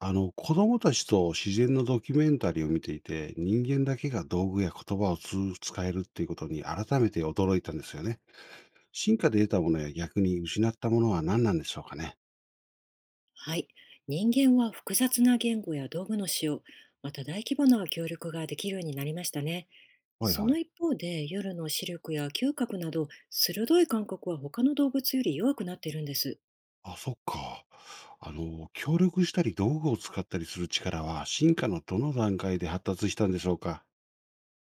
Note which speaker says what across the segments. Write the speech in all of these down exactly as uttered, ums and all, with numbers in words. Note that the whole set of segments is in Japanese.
Speaker 1: あの、子供たちと自然のドキュメンタリーを見ていて、人間だけが道具や言葉をつ使えるっていうことに改めて驚いたんですよね。進化で得たものや逆に失ったものは何なんでしょうかね。
Speaker 2: はい。人間は複雑な言語や道具の使用、また大規模な協力ができるようになりましたね。
Speaker 1: はい
Speaker 2: そ
Speaker 1: は
Speaker 2: の
Speaker 1: い。
Speaker 2: 一方で夜の視力や嗅覚など鋭い感覚は他の動物より弱くなっているんです。
Speaker 1: あ、そっか。あの、協力したり道具を使ったりする力は進化のどの段階で発達したんでしょうか。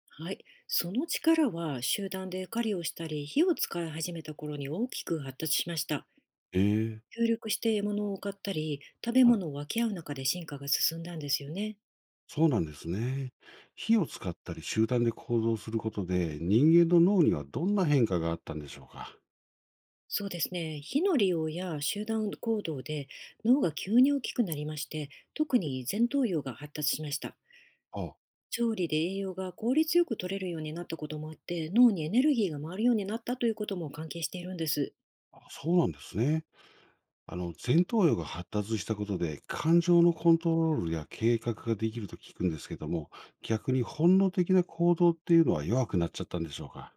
Speaker 2: はい。その力は集団で狩りをしたり火を使い始めた頃に大きく発達しました。
Speaker 1: ええ。
Speaker 2: 協力して獲物を狩ったり食べ
Speaker 1: はい。
Speaker 2: 物を分け合う中で進化が進んだんですよね。
Speaker 1: そうなんですね。火を使ったり集団で行動することで人間の脳にはどんな変化があったんでしょうか。
Speaker 2: そうですね。火の利用や集団行動で脳が急に大きくなりまして、特に前頭葉が発達しました。
Speaker 1: あ、
Speaker 2: 調理で栄養が効率よく取れるようになったこともあって、脳にエネルギーが回るようになったということも関係しているんです。
Speaker 1: あそうなんですね。あの、前頭葉が発達したことで、感情のコントロールや計画ができると聞くんですけども、逆に本能的な行動っていうのは弱くなっちゃったんでしょうか。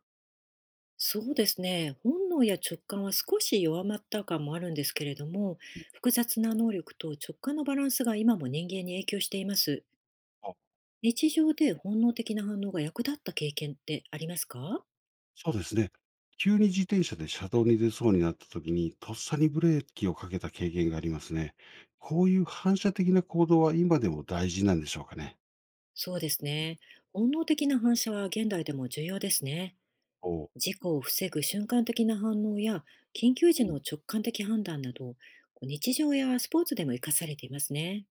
Speaker 2: そうですね。本能や直感は少し弱まった感もあるんですけれども、複雑な能力と直感のバランスが今も人間に影響しています。
Speaker 1: あ、
Speaker 2: 日常で本能的な反応が役立った経験ってありますか？
Speaker 1: そうですね。急に自転車で車道に出そうになった時に、とっさにブレーキをかけた経験がありますね。こういう反射的な行動は今でも大事なんでしょうかね。
Speaker 2: そうですね。本能的な反射は現代でも重要ですね。
Speaker 1: おう。
Speaker 2: 事故を防ぐ瞬間的な反応や緊急時の直感的判断など、こう日常やスポーツでも活かされていますね。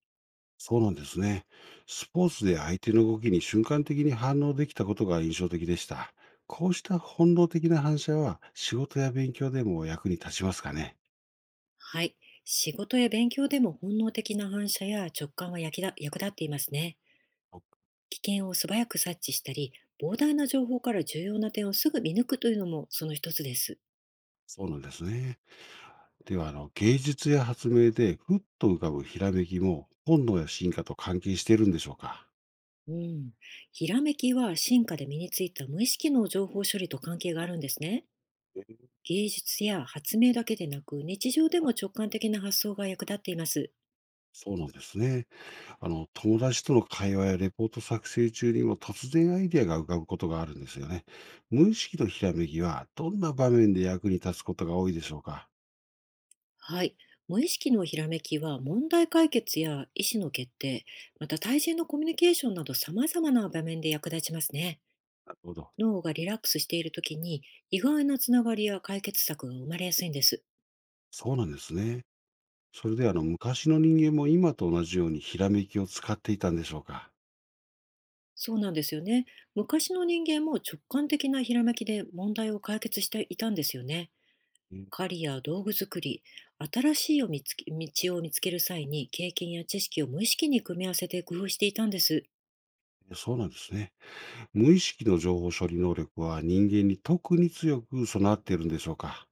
Speaker 1: そうなんですね。スポーツで相手の動きに瞬間的に反応できたことが印象的でした。こうした本能的な反射は仕事や勉強でも役に立ちますかね。
Speaker 2: はい。仕事や勉強でも本能的な反射や直感は役立役立っていますね。
Speaker 1: お。
Speaker 2: 危険を素早く察知したり、膨大な情報から重要な点をすぐ見抜くというのもその一つです。
Speaker 1: そうなんですね。では、あの、芸術や発明でふっと浮かぶひらめきも本能や進化と関係しているんでしょうか。
Speaker 2: うん。ひらめきは進化で身についた無意識の情報処理と関係があるんですね。芸術や発明だけでなく、日常でも直感的な発想が役立っています。
Speaker 1: そうなんですね。あの、友達との会話やレポート作成中にも突然アイデアが浮かぶことがあるんですよね。無意識のひらめきはどんな場面で役に立つことが多いでしょうか。
Speaker 2: はい。無意識のひらめきは問題解決や意思の決定、また対人のコミュニケーションなど様々な場面で役立ちますね。
Speaker 1: なるほど。
Speaker 2: 脳がリラックスしている時に意外なつながりや解決策が生まれやすいんです。
Speaker 1: そうなんですね。それであの昔の人間も今と同じようにひらめきを使っていたんでしょうか。
Speaker 2: そうなんですよね。昔の人間も直感的なひらめきで問題を解決していたんですよね。
Speaker 1: えー。
Speaker 2: 狩りや道具作り、新しいを見つけ道を見つける際に経験や知識を無意識に組み合わせて工夫していたんです。
Speaker 1: そうなんですね。無意識の情報処理能力は人間に特に強く備わっているんでしょうか。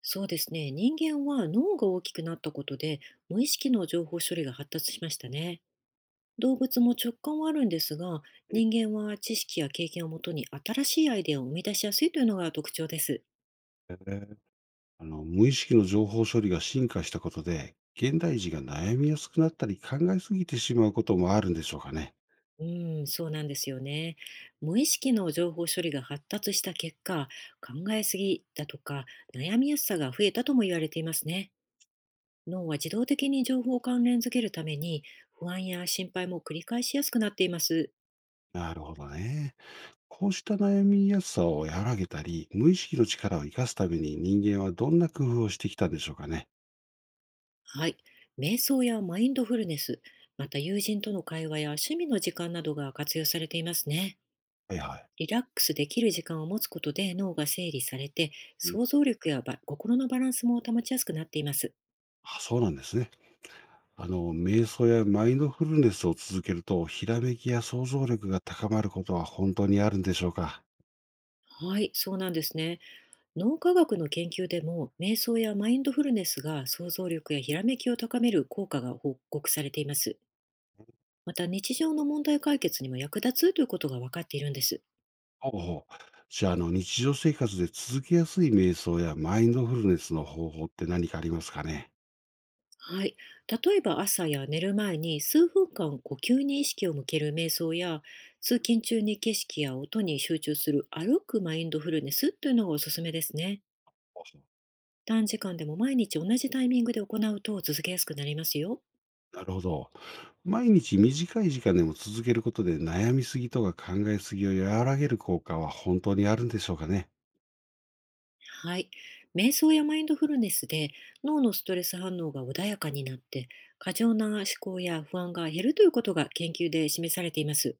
Speaker 2: そうですね。人間は脳が大きくなったことで無意識の情報処理が発達しましたね。動物も直感はあるんですが、
Speaker 1: え
Speaker 2: 人間は知識や経験をもとに新しいアイデアを生み出しやすいというのが特徴です。
Speaker 1: ー。あの無意識の情報処理が進化したことで、現代人が悩みやすくなったり考えすぎてしまうこともあるんでしょうかね。
Speaker 2: うん、そうなんですよね。無意識の情報処理が発達した結果、考えすぎだとか悩みやすさが増えたとも言われていますね。脳は自動的に情報を関連づけるために不安や心配も繰り返しやすくなっています。
Speaker 1: なるほどね。こうした悩みやすさを和らげたり、無意識の力を生かすために人間はどんな工夫をしてきたんでしょうかね。
Speaker 2: はい。瞑想やマインドフルネス、また友人との会話や趣味の時間などが活用されていますね。
Speaker 1: はいはい。
Speaker 2: リラックスできる時間を持つことで脳が整理されて、
Speaker 1: うん。
Speaker 2: 想像力やば心のバランスも保ちやすくなっています。
Speaker 1: あ、そうなんですね。あの、瞑想やマインドフルネスを続けると、ひらめきや想像力が高まることは本当にあるんでしょうか？
Speaker 2: はい、そうなんですね。脳科学の研究でも、瞑想やマインドフルネスが想像力やひらめきを高める効果が報告されています。また日常の問題解決にも役立つということが分かっているんです。
Speaker 1: ほうほう。じゃあ、あの、日常生活で続けやすい瞑想やマインドフルネスの方法って何かありますかね？
Speaker 2: はい。例えば朝や寝る前に数分間呼吸に意識を向ける瞑想や、通勤中に景色や音に集中する歩くマインドフルネスというのがおすすめですね。
Speaker 1: ほうほう。
Speaker 2: 短時間でも毎日同じタイミングで行うと続けやすくなりますよ。
Speaker 1: なるほど。毎日短い時間でも続けることで、悩みすぎとか考えすぎを和らげる効果は本当にあるんでしょうかね？
Speaker 2: はい。瞑想やマインドフルネスで脳のストレス反応が穏やかになって、過剰な思考や不安が減るということが研究で示されています。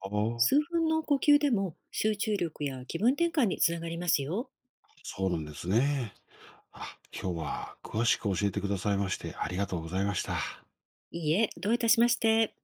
Speaker 1: ああ、
Speaker 2: 数分の呼吸でも集中力や気分転換につながりますよ。
Speaker 1: そうなんですね。あ、今日は詳しく教えてくださいまして、ありがとうございました。
Speaker 2: いいえ、どういたしまして。